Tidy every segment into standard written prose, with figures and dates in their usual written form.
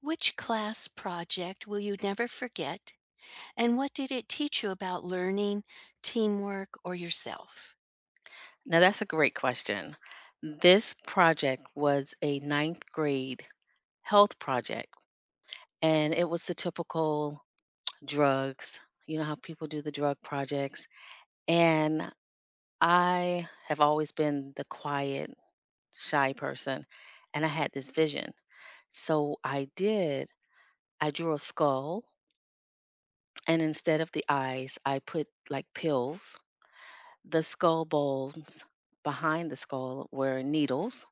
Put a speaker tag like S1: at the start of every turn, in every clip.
S1: Which class project will you never forget, and what did it teach you about learning, teamwork, or yourself?
S2: Now, that's a great question. This project was a ninth grade health project, and it was the typical drugs. You know how people do the drug projects. And I have always been the quiet, shy person, and I had this vision. So I did, I drew a skull, and instead of the eyes, I put like pills. The skull bones behind the skull were needles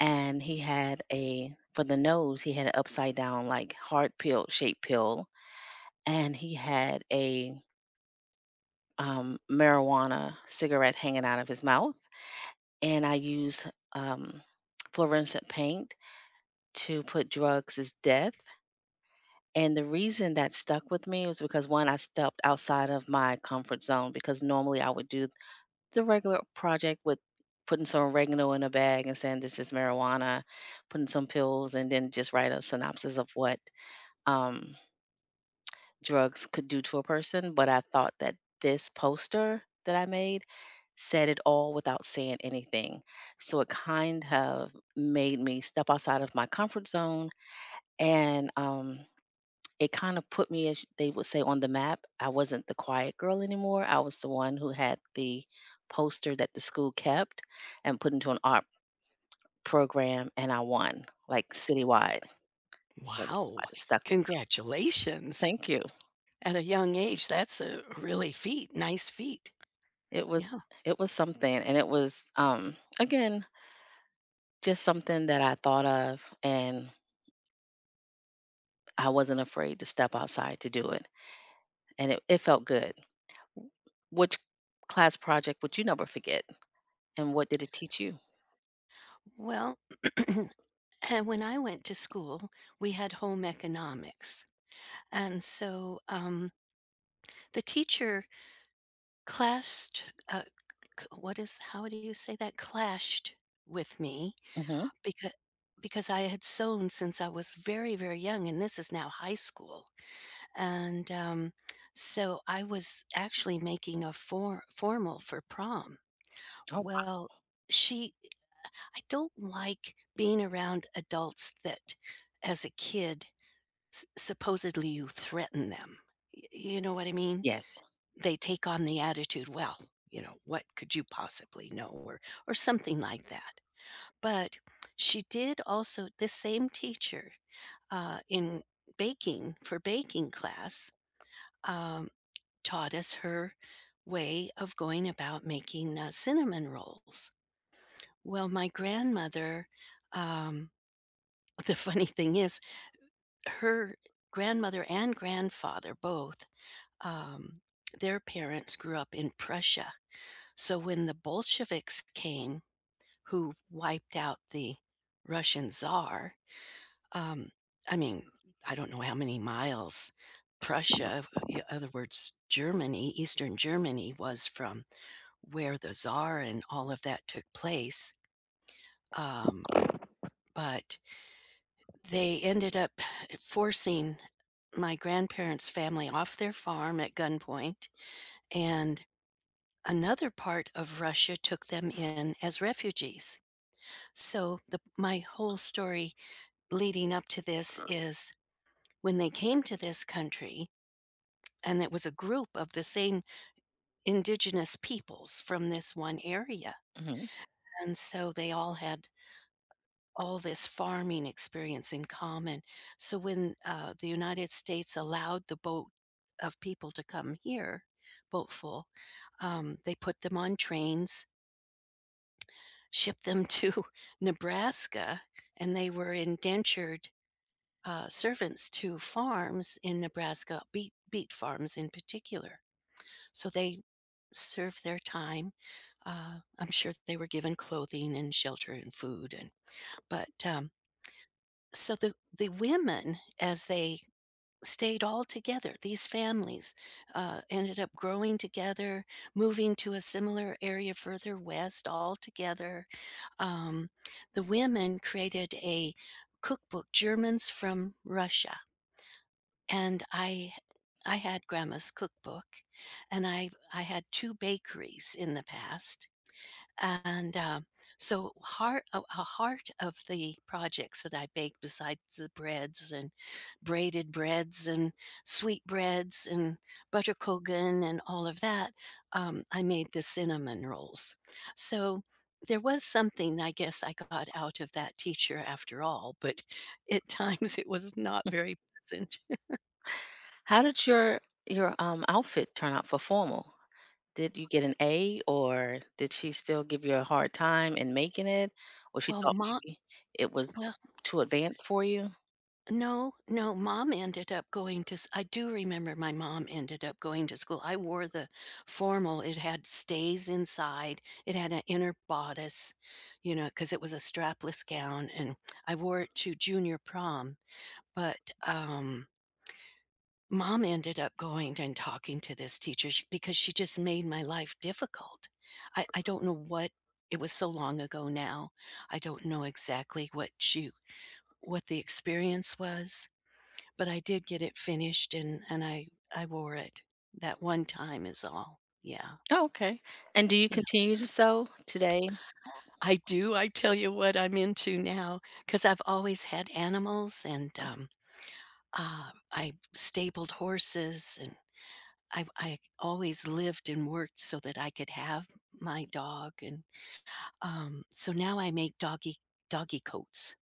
S2: and he had a for the nose, he had an upside down, like, heart pill shaped pill, and he had a, marijuana cigarette hanging out of his mouth, and I used, um, fluorescent paint to put drugs as death, and the reason that stuck with me was because, 1, I stepped outside of my comfort zone because normally I would do the regular project with putting some oregano in a bag and saying, "This is marijuana," putting some pills, and then just write a synopsis of what um, drugs could do to a person, but I thought that this poster that I made said it all without saying anything. So it kind of made me step outside of my comfort zone and it kind of put me, as they would say, on the map. I wasn't the quiet girl anymore. I was the one who had the poster that the school kept and put into an art program, and I won like citywide. So that's
S1: Wow.
S2: why it stuck.
S1: Congratulations.
S2: Thank you.
S1: At a young age, that's a really feat. Nice feat.
S2: It was
S1: Yeah.
S2: it was something, and it was, again, just something that I thought of, and I wasn't afraid to step outside to do it, and it felt good. Which class project would you never forget, and what did it teach you?
S1: Well, and when I went to school, we had home economics. And the teacher clashed, what is, how do you say that? Clashed with me.
S2: Mhm.
S1: Because because I had sewn since I was very, very young, and this is now high school, and, um, so I was actually making a formal for prom.
S2: Oh, wow.
S1: Well, she I don't like being around adults that, as a kid, s supposedly you threaten them. Y You know what I mean?
S2: Yes.
S1: They take on the attitude, "Well, you know, what could you possibly know?" Or something like that. But she did, also this same teacher, in baking, for baking class, um, taught us her way of going about making cinnamon rolls. Well, my grandmother, um, the funny thing is, her grandmother and grandfather both, um, their parents grew up in Prussia. So when the Bolsheviks came, who wiped out the Russian Tsar, Um, I mean, I don't know how many miles Prussia, in other words, Germany, Eastern Germany, was from where the Czar and all of that took place. Um, but they ended up forcing my grandparents' family off their farm at gunpoint, and another part of Russia took them in as refugees. So my whole story leading up to this is when they came to this country, and it was a group of the same indigenous peoples from this one area.
S2: Mhm.
S1: And so they all had all this farming experience in common. So when the United States allowed the boat of people to come here, boatful, they put them on trains, shipped them to Nebraska, and they were indentured servants to farms in Nebraska, beet farms in particular. So they serve their time. I'm sure they were given clothing and shelter and food, and but so the women, as they stayed all together, these families, ended up growing together, moving to a similar area further west all together. Um, the women created a cookbook, Germans from Russia, and I. I had grandma's cookbook and I had two bakeries in the past. And, um, so heart a heart of the projects that I baked, besides the breads and braided breads and sweet breads and butterkogan and all of that, I made the cinnamon rolls. So there was something I guess I got out of that teacher after all, but at times it was not very pleasant.
S2: How did your your outfit turn out for formal? Did you get an A or did she still give you a hard time in making it? Or she
S1: Well,
S2: thought
S1: ma
S2: maybe it was
S1: well,
S2: too advanced for you?
S1: no, no, mom ended up going to s I do remember my mom ended up going to school. I wore the formal, it had stays inside, it had an inner bodice, you know, because it was a strapless gown, and I wore it to junior prom. But, um, Mom ended up going and talking to this teacher, sh because she just made my life difficult. I don't know what, it was so long ago now. I don't know exactly what she, what the experience was. But I did get it finished and I wore it. That one time is all. Yeah.
S2: Oh, okay. And do you
S1: Yeah.
S2: continue to sew today?
S1: I do, I tell you what I'm into now, 'cause I've always had animals and,
S2: Mm.
S1: I stabled horses, and I always lived and worked so that I could have my dog, so now I make doggy coats.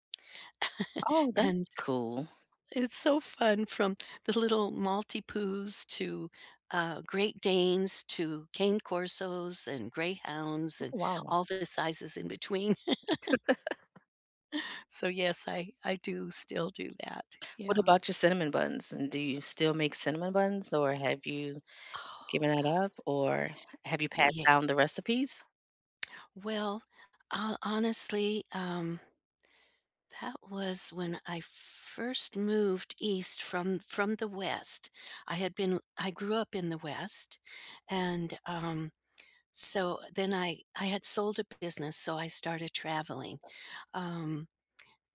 S2: Oh,
S1: And
S2: that's cool.
S1: it's so fun, from the little Maltipoos to, Great Danes to Cane Corsos and Greyhounds
S2: Oh,
S1: and
S2: wow.
S1: all the sizes in between. So, yes, I do still do that.
S2: What
S1: Yeah.
S2: about your cinnamon buns? And do you still make cinnamon buns or have you
S1: Oh,
S2: giving that
S1: god.
S2: up, or have you passed
S1: Yeah.
S2: down the recipes?
S1: Well, ho honestly, that was when I first moved east from the West. I had been I grew up in the West, and, so then I had sold a business, so I started traveling. Um,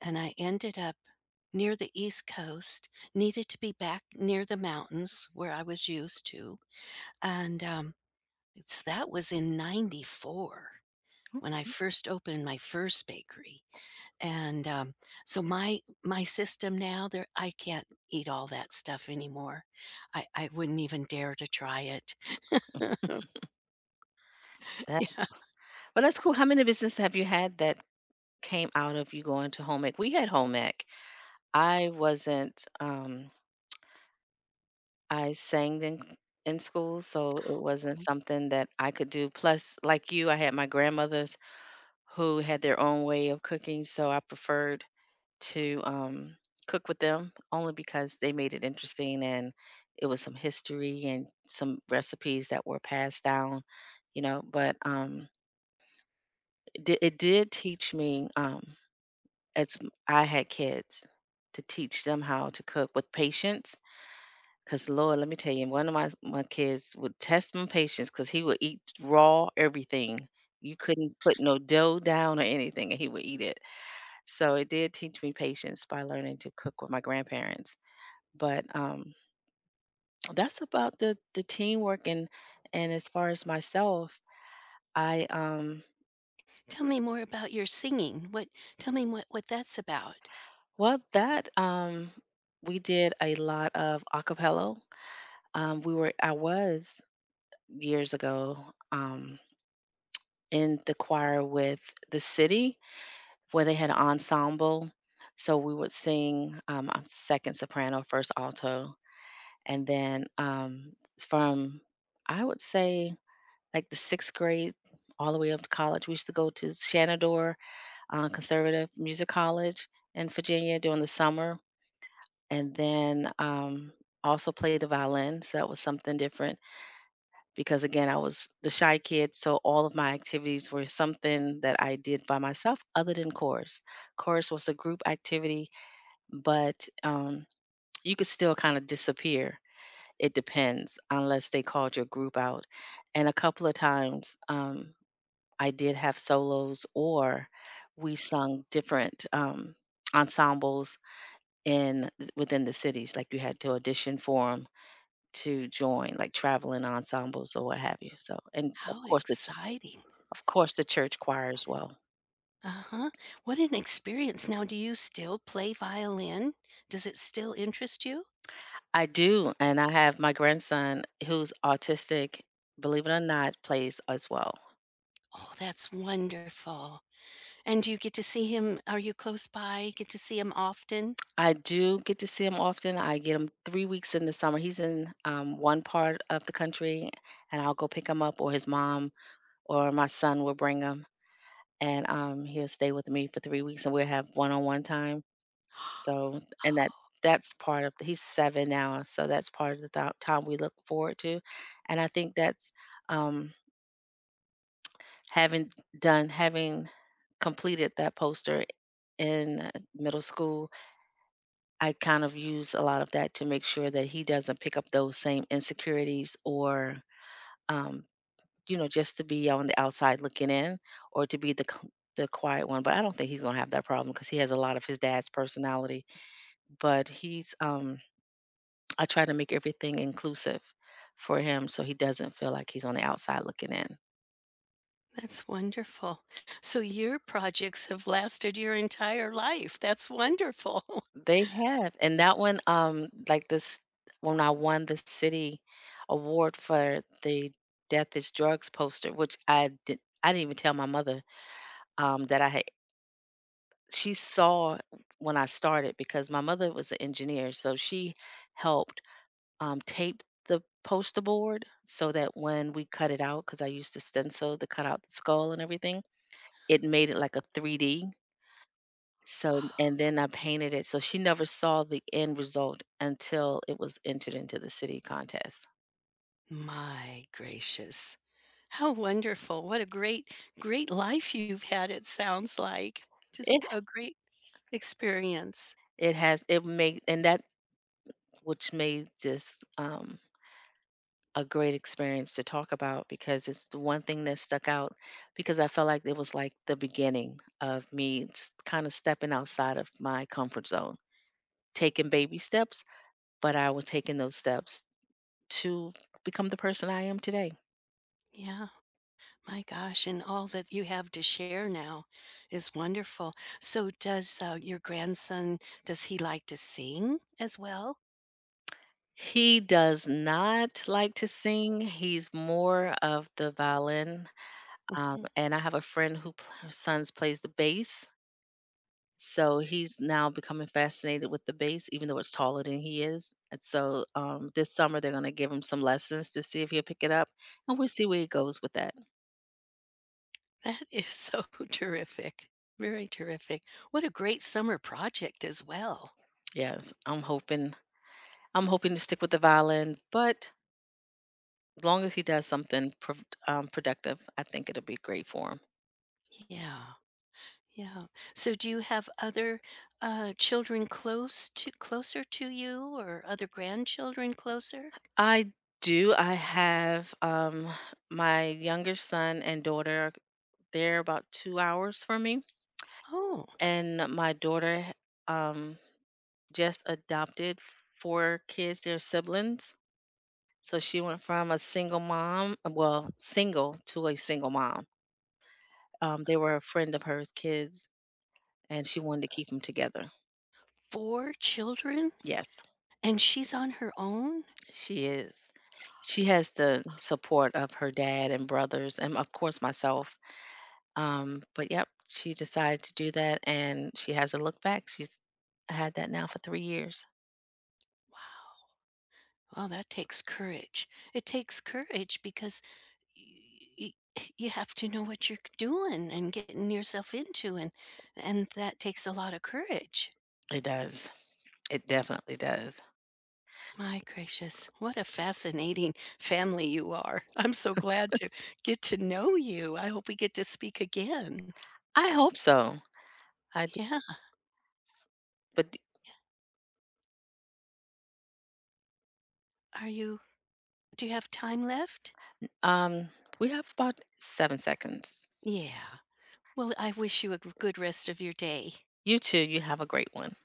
S1: and I ended up near the East Coast, needed to be back near the mountains where I was used to. And um, that was in 94 when I first opened my first bakery. And So my system now, there, I can't eat all that stuff anymore. I wouldn't even dare to try it.
S2: Mm,
S1: Yeah.
S2: that's well, that's cool. How many businesses have you had that came out of you going to home ec? We had home ec. I wasn't. I sang in school, so it wasn't something that I could do. Plus, like you, I had my grandmothers who had their own way of cooking, so I preferred to cook with them only because they made it interesting and it was some history and some recipes that were passed down, you know. But it did teach me, as m- I had kids, to teach them how to cook with patience. Because Lord, let me tell you, one of my kids would test my patience because he would eat raw everything. You couldn't put no dough down or anything, and he would eat it. So it did teach me patience by learning to cook with my grandparents but that's about the teamwork and as far as myself I
S1: Tell me more about your singing. What Tell me what that's about.
S2: well that we did a lot of acapella we were I was years ago um in the choir with the city where they had an ensemble so we would sing, I'm second soprano first alto and then, from I would say like the sixth grade all the way up to college. We used to go to Shenandoah Conservative Music College in Virginia during the summer, and then also played the violin. So that was something different because, again, I was the shy kid. So all of my activities were something that I did by myself, other than chorus. Chorus was a group activity, but you could still kind of disappear. It depends, unless they called your group out. And a couple of times, I did have solos or we sung different, ensembles in within the cities, like, you had to audition for them to join, like, traveling ensembles or what have you, so and of
S1: How
S2: course the
S1: exciting.
S2: of course the church choir as well.
S1: Uh-huh. What an experience. Now, do you still play violin? Does it still interest you?
S2: I do, and I have my grandson who's autistic, believe it or not, plays as well.
S1: Oh, that's wonderful. And do you get to see him? Are you close by? Get to see him often?
S2: I do get to see him often, I get him 3 weeks in the summer, he's in, one part of the country, and I'll go pick him up or his mom or my son will bring him, and, he'll stay with me for 3 weeks, and we'll have one-on-one time. So and that that's part of he's 7 now, so that's part of the thou time we look forward to, and I think that's, um, having done having completed that poster in middle school, I kind of use a lot of that to make sure that he doesn't pick up those same insecurities or, um you know, just to be on the outside looking in or to be the c the quiet one, but I don't think he's gonna have that problem because he has a lot of his dad's personality. But he's, I try to make everything inclusive for him so he doesn't feel like he's on the outside looking in.
S1: That's wonderful. So your projects have lasted your entire life. That's wonderful.
S2: They have, and that one, like this when I won the city award for the Death is Drugs poster, which I did I didn't even tell my mother, that I had she saw when I started because my mother was an engineer, so she helped tape the poster board so that when we cut it out, because I used to stencil to cut out the skull and everything, it made it like a 3D. So, and
S1: Oh.
S2: then I painted it. So she never saw the end result until it was entered into the city contest.
S1: My gracious. How wonderful. What a great, great life you've had, it sounds like.
S2: It
S1: Just a great experience.
S2: it made and that which made this, a great experience to talk about because it's the one thing that stuck out because I felt like it was like the beginning of me kind of stepping outside of my comfort zone, taking baby steps, but I was taking those steps to become the person I am today.
S1: Yeah, my gosh. And all that you have to share now is wonderful. So, does your grandson, does he like to sing as well?
S2: He does not like to sing. He's more of the violin.
S1: Mhm.
S2: And I have a friend who pl- her son's plays the bass. So he's now becoming fascinated with the bass, even though it's taller than he is. And so this summer they're going to give him some lessons to see if he'll pick it up, and we'll see where he goes with that.
S1: That is so terrific. Very terrific. What a great summer project as well.
S2: Yes, I'm hoping to stick with the violin, but as long as he does something pro- productive, I think it'll be great for him.
S1: Yeah. Yeah. So do you have other children close to, closer to you, or other grandchildren closer?
S2: I do. I have my younger son and daughter. They're about 2 hours from me,
S1: Oh,
S2: and my daughter. Um, just adopted 4 kids, their siblings. So she went from a single mom well, single to a single mom. They were a friend of hers kids, and she wanted to keep them together.
S1: four children,
S2: Yes,
S1: and she's on her own?
S2: she is. She has the support of her dad and brothers and, of course, myself. But yep, she decided to do that, and she hasn't looked back. She's had that now for 3 years.
S1: Wow. Well, that takes courage. It takes courage because you have to know what you're doing and getting yourself into, and that takes a lot of courage.
S2: It does. It definitely does.
S1: My gracious, what a fascinating family you are. I'm so glad to get to know you. I hope we get to speak again.
S2: I hope so. I do,
S1: Yeah.
S2: but
S1: Are you, do you have time left?
S2: Um, we have about 7 seconds.
S1: Yeah. Well, I wish you a good rest of your day.
S2: You too, you have a great one.